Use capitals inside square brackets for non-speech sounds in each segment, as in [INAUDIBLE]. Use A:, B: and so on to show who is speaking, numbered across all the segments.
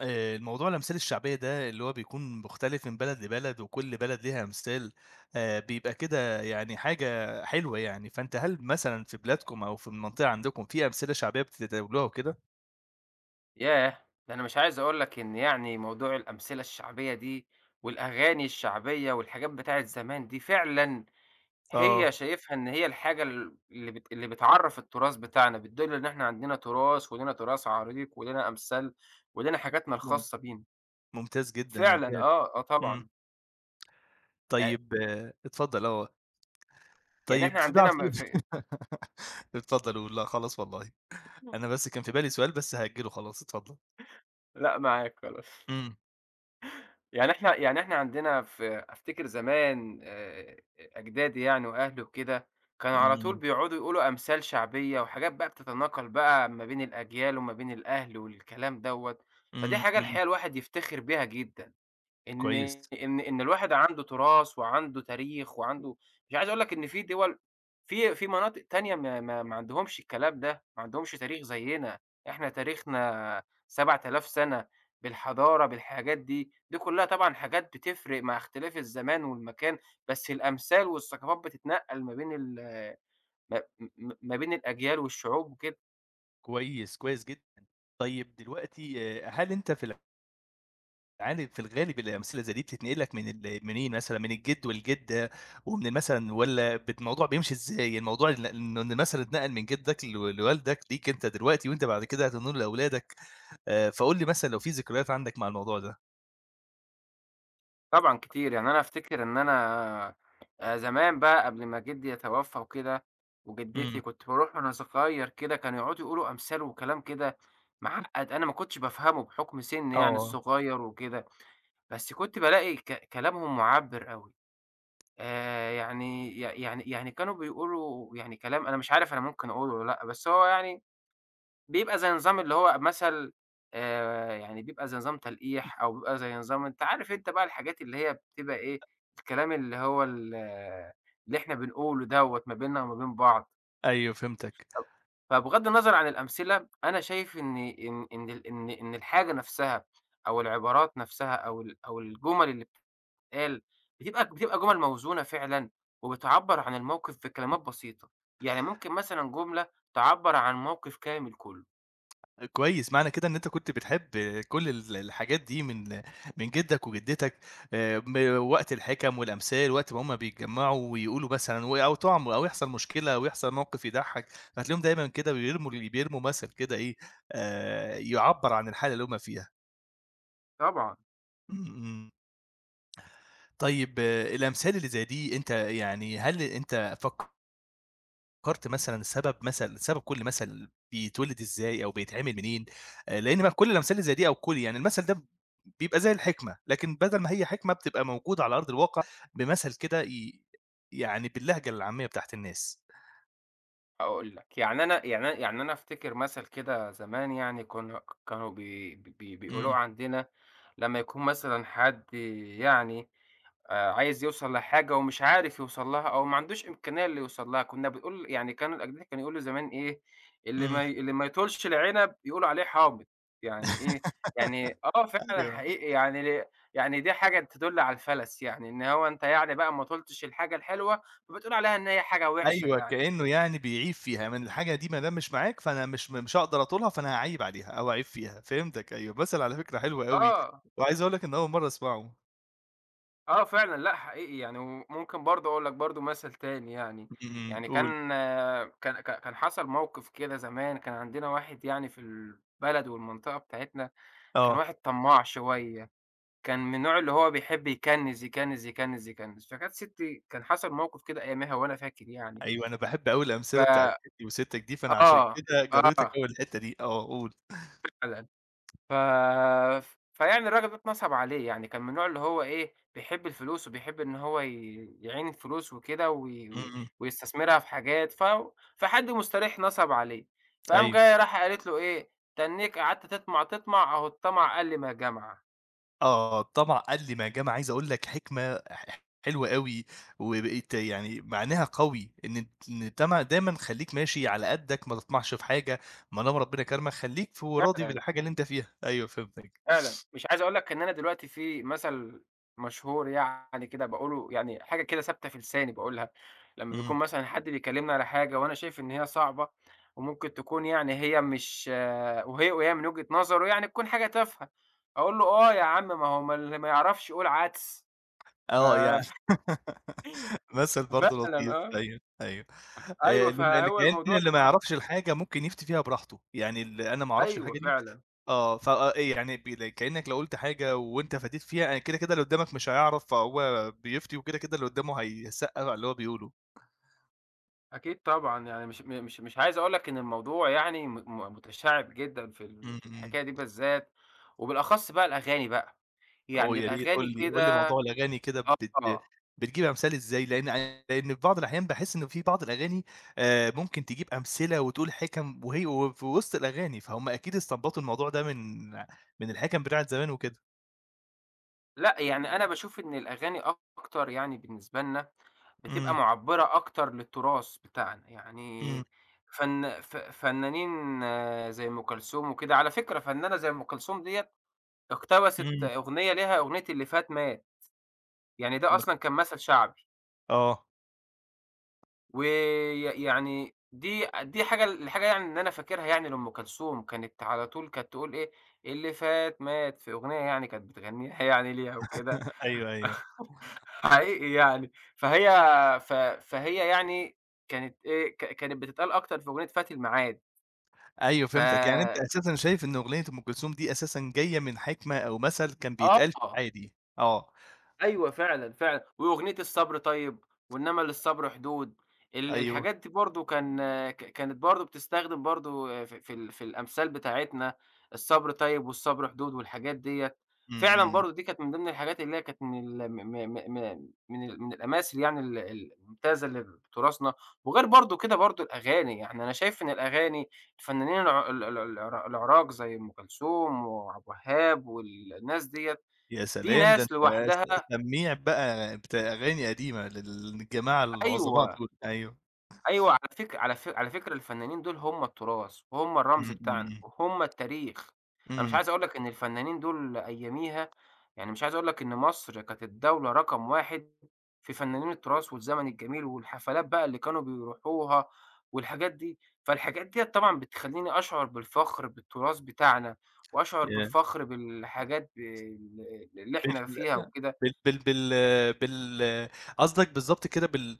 A: الموضوع الأمثال الشعبية ده اللي هو بيكون مختلف من بلد لبلد، وكل بلد ليها أمثال، بيبقى كده يعني حاجة حلوة يعني، فأنت هل مثلًا في بلادكم أو في المنطقة عندكم في أمثلة شعبية بتتداولوها وكده؟
B: ياه! ده أنا مش عايز أقول لك إن يعني موضوع الأمثلة الشعبية دي، والأغاني الشعبية والحاجات بتاعة زمان دي فعلًا
A: آه.
B: هي شايفها إن هي الحاجة ال اللي بت اللي بتعرّف التراث بتاعنا، بتدل إن إحنا عندنا تراث ولينا تراث عريق ولينا أمثال ولينا حاجاتنا
A: مم.
B: الخاصة بينا.
A: ممتاز جدًا،
B: فعلًا
A: ممتاز.
B: آه، آه
A: إمم.
B: طبعًا. آآ
A: طيب، آه، اتفضل، آه.
B: يعني
A: طيب
B: إحنا
A: في بقى
B: عندنا
A: في
B: ما في.
A: [LAUGHS] اتفضل قُل. لأ خلاص والله، أنا بس كان في بالي سؤال بس هأجّله خلاص، اتفضل.
B: لأ، معاك خلاص.
A: إمم،
B: يعني إحنا عندنا في أفتكر زمان، أجدادي يعني وأهلي وكده، كانوا على طول
A: إمم،
B: بيقعدوا يقولوا أمثال شعبية وحاجات بقى بتتناقل بقى ما بين الأجيال وما بين الأهل والكلام دوّة، فدي
A: إمم،
B: حاجة
A: إمم.
B: الحقيقة الواحد يفتخر بيها جدًا. إن
A: كويس.
B: إن الواحد عنده تراث وعنده تاريخ وعنده، مش عايز أقول لك إن في دول، في مناطق تانية ما عندهمش الكلام ده، ما عندهمش تاريخ زينا، إحنا تاريخنا 7000 سنة بالحضارة، بالحاجات دي، دي كلها طبعًا حاجات بتفرق مع اختلاف الزمان والمكان، بس الأمثال والثقافات بتتنقل ما بين ال ما م ما بين الأجيال والشعوب وكده.
A: كويس، كويس جدًا. طيب دلوقتي، هل أنت في العالب في الغالب الأمثلة زي دي بتتنقل لك من ال منين مثلًا، من الجد والجدة ومن مثلًا، والّا الموضوع بيمشي إزاي؟ الموضوع إنه إن مثلًا اتنقل من جدك لوالدك ليك أنت دلوقتي وأنت بعد كده هتنقله لأولادك، فقُل لي مثلًا لو في ذكريات عندك مع الموضوع ده؟
B: طبعًا كتير، يعني أنا أفتكر إن أنا، زمان بقى قبل ما جدي يتوفى وكده،
A: إمم،
B: وجدتي كنت باروح وأنا صغير كده كانوا يقعدوا يقولوا أمثال وكلام كده معقد أنا ما كنتش بافهمه بحكم سني يعني
A: آه،
B: الصغير وكده، بس كنت بالاقي كلامهم معبّر أوي. يعني ي يعني يعني كانوا بيقولوا يعني كلام، أنا مش عارف أنا ممكن أقوله والّا لأ، بس هو يعني بيبقى زي نظام اللي هو مثل، يعني بيبقى زي نظام تلقيح، أو بيبقى زي نظام أنت عارف أنت بقى الحاجات اللي هي بتبقى إيه، الكلام اللي هو ال آه، اللي إحنا بنقوله دوّة ما بيننا وما بين بعض.
A: أيوه فهمتك.
B: ف فبغض النظر عن الأمثلة، أنا شايف إن إن إن ال إن إن الحاجة نفسها أو العبارات نفسها، أو الجُمل اللي بتتقال بتبقى جُمل موزونة فعلًا، وبتعبّر عن الموقف بكلمات بسيطة. يعني ممكن مثلًا جملة تعبّر عن موقف كامل كُلّه.
A: كويس، معنى كده إن أنت كنت بتحب كل الحاجات دي من جدك وجدتك، م وقت الحِكَم والأمثال، وقت ما هُم بيتجمّعوا ويقولوا مثلًا أو طعم أو يحصل مشكلة أو يحصل موقف يضحّك، فتلاقيهم دايمًا كده بيرموا بيرموا مثل كده إيه، يعبّر عن الحالة اللي هُم فيها.
B: طبعًا.
A: إمم، إمم. طيب، آه، الأمثال اللي زي دي أنت يعني هل أنت فكّرت مثلًا، سبب كل مثل بيتولد إزاي أو بيتعمل منين، لإن بقى كل الأمثال اللي زي دي أو كل يعني المثل ده بيبقى زي الحكمة، لكن بدل ما هي حكمة بتبقى موجودة على أرض الواقع بمثل كده، يعني باللهجة العامية بتاعة الناس.
B: هاقول لك، يعني أنا أفتكر مثل كده زمان يعني كنا كانوا بي بي بيقولوه
A: إمم،
B: عندنا لمّا يكون مثلًا حد يعني، عايز يوصل لحاجة ومش عارف يوصل لها أو ما عندوش إمكانية إنه يوصل لها، كنا بنقول يعني كانوا الأجداد كانوا يقولوا زمان إيه، اللي
A: إمم.
B: ما ي اللي ما يطولش العنب يقولوا عليه حامض. يعني إيه، يعني
A: [LAUGHS]
B: آه فعلًا
A: أيوه،
B: حقيقي يعني، يعني دي حاجة تدل على الفلَس، يعني إن هو أنت يعني بقى ما طولتش الحاجة الحلوة فبتقول عليها إن هي حاجة وحشة
A: أيوه
B: يعني.
A: كإنه يعني بيعيب فيها، من الحاجة دي ما دام مش معاك فأنا مش هاقدر أطولها فأنا هاعيب عليها أو أعيب فيها، فهمتك، أيوه، مثل على فكرة حلو أوي،
B: آه.
A: وعايز أقول لك إن أول مرّة أسمعه.
B: آه فعلًا، لأ حقيقي يعني، وممكن برضه أقول لك برضه مثل تاني يعني.
A: إمم، إمم،
B: يعني
A: قُل.
B: كان آه، كان حصل موقف كده زمان، كان عندنا واحد يعني في البلد والمنطقة بتاعتنا، كان
A: آه.
B: واحد طماع شوية، كان من النوع اللي هو بيحب يكنِّز، يكنِّز، يكنِّز، يكنِّز. فكانت ستي كان حصل موقف كده أياميها وأنا فاكر يعني،
A: أيوه، أنا باحب أوي
B: ف
A: الأمثلة بتاعة تيتي وستك دي، فأنا عشان
B: آه،
A: كده جريتك
B: آه،
A: أوي الحتّة دي. آه، قُل.
B: فعلًا. ف فيعني الراجل ده اتنصب عليه، يعني كان من النوع اللي هو إيه، بيحب الفلوس وبيحب إن هو يعين الفلوس وكده، وي
A: إمم،
B: وي
A: إمم،
B: ويستثمرها في حاجات. فحد مستريح نصب عليه، فقام
A: أيوه.
B: جاية رايحة قالت له إيه، تنّيك قعدت تطمع، تطمع أهو، الطمع قل ما جمع.
A: آه، طبعًا "قل ما جَمَع" عايز أقول لك حكمة حلوة أوي، وبقيت يعني معناها قوي، إن تمع دايمًا خلّيك ماشي على قدّك، ما تطمعش في حاجة، ما دام ربنا كرمك خلّيك وراضي
B: فعلًا.
A: بالحاجة اللي أنت فيها. أيوه فهمتك.
B: فعلًا، مش عايز أقول لك إن أنا دلوقتي في مثل مشهور يعني كده باقوله يعني حاجة كده ثابتة في لساني باقولها، لمّا
A: إمم.
B: بيكون مثلًا حد بيكلمني على حاجة وأنا شايف إن هي صعبة، وممكن تكون يعني هي مش وهي من وجهة نظره يعني تكون حاجة تافهة، أقول له: "آه يا عم ما هو ما اللي ما يعرفش يقول عدس." ف
A: آه يعني
B: [LAUGHS]
A: [LAUGHS] مثل برضه
B: فعلًا
A: لطيف.
B: آه.
A: أيوه، أيوه.
B: أيوه فهو الموضوع،
A: اللي ما يعرفش الحاجة ممكن يفتي فيها براحته، يعني اللي أنا ما أعرفش
B: أيوه
A: الحاجة دي،
B: فعلًا.
A: آه، فإيه يعني بي ل كإنّك لو قُلت حاجة وأنت فديت فيها يعني كده، اللي قدّامك مش هيعرف، فهو بيفتي وكده، اللي قدّامه هيسقّف على اللي هو بيقوله.
B: أكيد طبعًا، يعني مش م مش مش عايز أقول لك إن الموضوع يعني م م متشعِّب جدًا في ال
A: إمم،
B: في
A: إمم.
B: الحكاية دي بالذات، وبالأخص بقى الأغاني بقى،
A: هو
B: يعني
A: يا ريت
B: الأغاني
A: قُل لي
B: كده
A: موضوع الأغاني كده
B: آه، آه.
A: بتجيب أمثال إزاي؟ لإن في بعض الأحيان باحس إن في بعض الأغاني، ممكن تجيب أمثلة وتقول حِكَم، وهي وفي وسط الأغاني، فهُم أكيد استنبطوا الموضوع ده من الحِكَم بتاعة زمان وكده.
B: لأ يعني أنا باشوف إن الأغاني أكتر يعني بالنسبة لنا بتبقى
A: إمم،
B: مُعبّرة أكتر للتراث بتاعنا، يعني
A: إمم،
B: فن ف فنانين آه، زي أم كلثوم وكده. على فكرة، فنانة زي أم كلثوم ديّة اقتبست
A: إمم.
B: أغنية ليها، أغنية "اللي فات مات"، يعني ده
A: مخ
B: أصلًا كان مثل شعبي.
A: آه،
B: وي يعني دي الحاجة يعني اللي أنا فاكرها يعني لأم كلثوم، كانت على طول كانت تقول إيه، "اللي فات مات"، في أغنية يعني كانت بتغنيها [LAUGHS] يعني ليها وكده
A: [LAUGHS] أيوه، أيوه.
B: حقيقي يعني، فهي ف فهي يعني كانت إيه، كانت بتتقال أكتر في أغنية "فات الميعاد".
A: أيوه فهمتك، يعني أنت
B: ف
A: أساسًا شايف إن أغنية أم كلثوم دي أساسًا جاية من حكمة أو مثل كان بيتقال في
B: آه.
A: العادي، آه،
B: أيوه فعلًا، فعلًا. وأغنية "الصبر طيب"، وإنما للصبر حدود، ال
A: أيوه،
B: الحاجات دي برضه كان كانت برضه بتستخدم برضه في الأمثال بتاعتنا، الصبر طيب والصبر حدود والحاجات ديّة،
A: إمم،
B: فعلًا
A: إمم.
B: برضه دي كانت من ضمن الحاجات اللي هي كانت من ال م م م من ال من الأماثل يعني ال ال الممتازة اللي بتراثنا. وغير برضه كده برضه الأغاني، يعني أنا شايف إن الأغاني، الفنانين الع ال ال العر العراق زي أم كلثوم وعبد الوهاب والناس ديّة،
A: يا
B: دي
A: سلام! ده
B: ناس
A: أنت س
B: لوحدها.
A: سميع بقى بتاع أغاني قديمة لل للجماعة العظماء
B: أيوه،
A: دول، أيوه،
B: أيوه، على فك على ف على فكرة الفنانين دول هم التراث، وهم
A: إمم،
B: الرمز
A: إمم،
B: بتاعنا،
A: إمم،
B: وهم التاريخ. أنا مش
A: إمم.
B: عايز أقول لك إن الفنانين دول أياميها، يعني مش عايز أقول لك إن مصر كانت الدولة رقم 1 في فنانين التراث والزمن الجميل، والحفلات بقى اللي كانوا بيروحوها والحاجات دي، فالحاجات ديّة طبعًا بتخلّيني أشعر بالفخر بالتراث بتاعنا، وأشعر
A: ياه!
B: بالفخر بالحاجات ب ال اللي
A: بال
B: إحنا فيها وكده.
A: بال بال بال بال قصدك بالضبط كده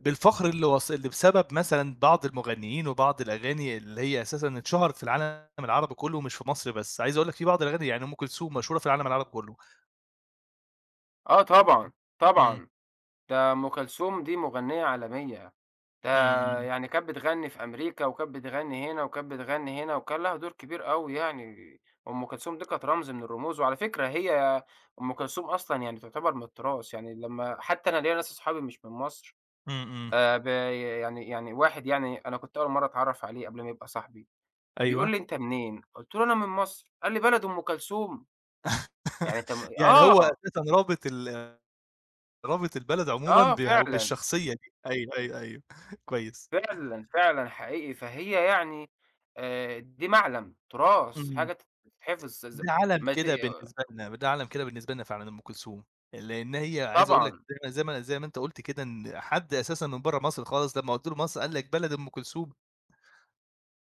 A: بالفخر اللي اللي بسبب مثلًا بعض المغنيين وبعض الأغاني اللي هي أساسًا اتشهرت في العالم العربي كلّه مش في مصر بس، عايز أقول لك في بعض الأغاني يعني أم كلثوم مشهورة في العالم العربي كلّه.
B: آه طبعًا،
A: إمم،
B: طبعًا. ده أم كلثوم دي مغنية عالمية. ده
A: إمم، إمم،
B: يعني كانت بتغني في أمريكا، وكانت بتغني هنا، وكانت بتغني هنا، وكان لها دور كبير أوي يعني، أم كلثوم دي كانت رمز من الرموز، وعلى فكرة هي أم كلثوم أصلًا يعني تعتبر من التراث. يعني لمّا حتى أنا ليّا ناس أصحابي مش من مصر،
A: إمم، إمم،
B: ب يعني يعني واحد يعني، أنا كنت أول مرّة أتعرّف عليه قبل ما يبقى صاحبي، فبيقول
A: أيوه.
B: لي: "أنت منين؟" قُلت له: "أنا من مصر." قال لي: "بلد أم كلثوم؟" يعني أنت، م
A: يعني هو
B: آه،
A: أساسًا رابط البلد عمومًا
B: آه
A: بها
B: فعلًا.
A: بالشخصية دي. أيوه، أيوه، أيوه، [LAUGHS] كويس.
B: فعلًا، فعلًا حقيقي، فهي يعني، دي معلم، تراث،
A: إمم،
B: حاجة تتحفظ. ز
A: ده عَلَم
B: ما ت
A: كده بالنسبة لنا، ده عَلَم كده بالنسبة لنا فعلًا أم كلثوم، لإن هي عايز أقول لك
B: طبعًا.
A: زي ما أنت قُلت كده إن حد أساسًا من برّه مصر خالص لمّا قُلت له مصر قال لك بلد أم كلثوم.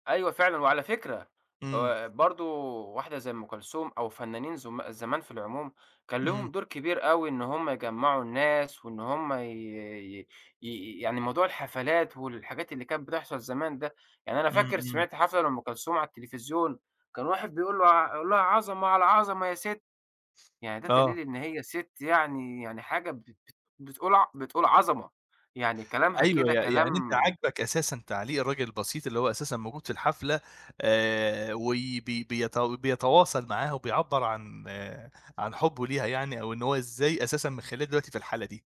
B: أيوه فعلًا، وعلى فكرة
A: إمم،
B: برضه، واحدة زي أم كلثوم أو فنانين زمان في العموم، كان
A: إمم،
B: ليهم دور كبير أوي إن هم يجمّعوا الناس وإن هم، ي ي ي يعني موضوع الحفلات والحاجات اللي كانت بتحصل زمان ده، يعني أنا
A: إمم،
B: فاكر
A: إمم،
B: سمعت حفلة لأم كلثوم على التلفزيون، كان واحد بيقول له ع يقول لها: "عظمة على عظمة يا ست." يعني ده دليل
A: آه،
B: إن هي سِت يعني، يعني حاجة بت بت بتقول ع بتقول عظمة، يعني كلامها
A: أيوه،
B: كده كلام.
A: يعني أنت عاجبك أساسًا تعليق الراجل البسيط اللي هو أساسًا موجود في الحفلة، وبي بيت بيتواصل معاها وبيعبّر عن حُبّه ليها يعني، أو إن هو إزاي أساسًا مخلّيها دلوقتي في الحالة دي،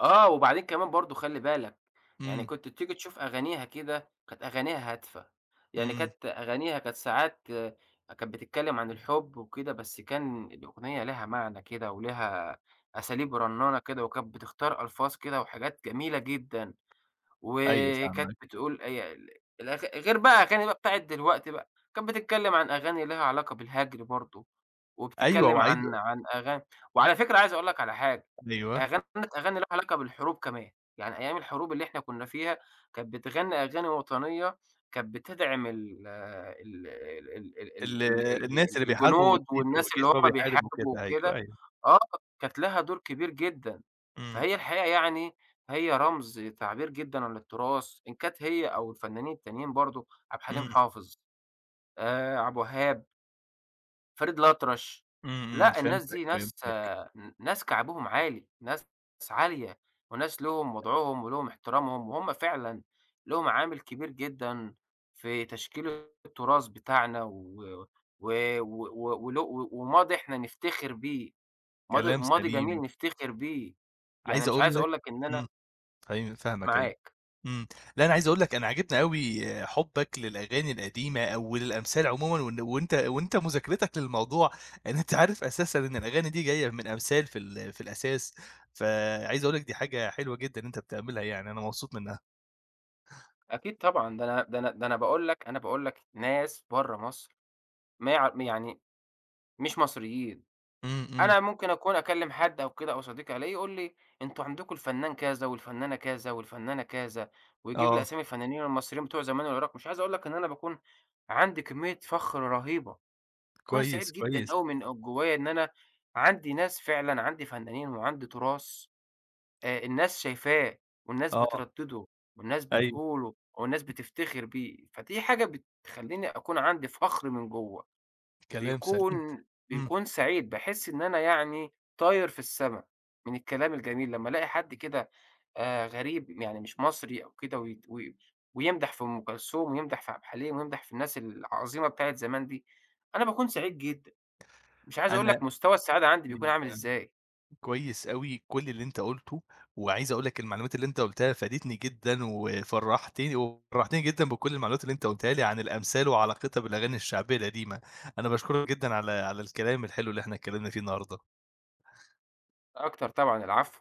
B: وبعدين كمان برضه خلّي بالك، يعني
A: إمم،
B: كنت بتيجي تشوف أغانيها كده، كانت أغانيها هادفة، يعني
A: إمم،
B: كانت أغانيها كانت ساعات كانت بتتكلم عن الحب وكده، بس كان الأغنية ليها معنى كده وليها أساليب رنانة كده، وكانت بتختار ألفاظ كده وحاجات جميلة جدًا.
A: أيوه
B: وكانت
A: فاهمك،
B: بتقول هي ال الأغ غير بقى أغاني بقى بتاعة دلوقتي بقى، كانت بتتكلم عن أغاني ليها علاقة بالهجر برضه،
A: أيوه
B: وبتتكلم
A: وعايز،
B: عن أغاني، وعلى فكرة عايز أقول لك على حاجة،
A: أيوه،
B: أغاني ليها علاقة بالحروب كمان، يعني أيام الحروب اللي إحنا كنا فيها كانت بتغني أغاني وطنية، كانت بتدعم ال ال ال ال ال
A: ال
B: ال ال
A: الناس اللي
B: ال
A: بيحاربوا
B: الجنود والناس
A: والجيش
B: اللي
A: وهو
B: هم
A: بيحارب
B: بيحاربوا
A: وكده، أيوه،
B: وكده.
A: أيوه،
B: آه، كانت لها دور كبير جدًا،
A: إمم،
B: فهي الحقيقة يعني هي رمز تعبير جدًا عن التراث، إن كانت هي أو الفنانين التانيين برضه، عبد الحليم
A: إمم،
B: حافظ، عبد الوهاب، فريد الأطرش.
A: إمم، إمم،
B: لأ، الناس
A: فهمتك،
B: دي ناس،
A: فهمتك،
B: ناس كعبهم عالي، ناس عالية، وناس لهم وضعهم ولهم احترامهم، وهُم فعلًا لهم عامل كبير جدًا في تشكيل التراث بتاعنا، و و و و ول وماضي إحنا نفتخر بيه، ماضي
A: كلام
B: ماضي
A: سليم،
B: جميل نفتخر بيه. يعني
A: عايز
B: مش
A: أقول
B: عايز
A: لك
B: أقول لك إن أنا
A: إمم. أيوه فاهمك أيوه.
B: معاك.
A: إمم. لأ، أنا عايز أقول لك، أنا عاجبني أوي حُبّك للأغاني القديمة أو للأمثال عمومًا، وأنت مذاكرتك للموضوع، إن أنت عارف أساسًا إن الأغاني دي جاية من أمثال في الأساس، فعايز أقول لك دي حاجة حلوة جدًا إن أنت بتعملها يعني، أنا مبسوط منها.
B: أكيد طبعًا، ده أنا باقول لك، أنا باقول لك ناس برّه مصر، ما يع يعني مش مصريين،
A: إمم، إمم.
B: أنا ممكن أكون أكلّم حد أو كده أو صديقي ألاقيه يقول لي: "أنتم عندكم الفنان كذا والفنانة كذا والفنانة كذا." ويجيب لي
A: آه،
B: أسامي الفنانين المصريين بتوع زمان والعراق. مش عايز أقول لك إن أنا باكون عندي كمية فخر رهيبة، باكون سعيد
A: كويس،
B: جدًا
A: كويس.
B: أوي من جوّايا إن أنا عندي ناس فعلًا، عندي فنانين وعندي تراث، الناس شايفاه، والناس
A: آه،
B: بتردّده، والناس
A: أيوه،
B: بتقوله، والناس بتفتخر بيه، فدي حاجة بتخلّيني أكون عندي فخر من جوّه،
A: كلام سليم.
B: بيكون
A: إمم.
B: بيكون سعيد، باحس إن أنا يعني طاير في السما من الكلام الجميل، لمّا ألاقي حد كده، غريب يعني مش مصري أو كده، ويت و ويمدح في أم كلثوم ويمدح في عبد الحليم ويمدح في الناس العظيمة بتاعة زمان دي، أنا باكون سعيد جدًا، مش عايز أقول لك مستوى السعادة عندي بيكون عامل
A: أنا
B: إزاي.
A: كويس أوي كل اللي أنت قُلته، وعايز أقول لك المعلومات اللي أنت قُلتها فادتني جدًا، وفرّحتني وفرّحتني جدًا بكل المعلومات اللي أنت قُلتها لي عن الأمثال وعلاقتها بالأغاني الشعبية القديمة. أنا باشكرك جدًا على الكلام الحلو اللي إحنا اتكلمنا فيه النهارده.
B: أكتر طبعًا، العفو.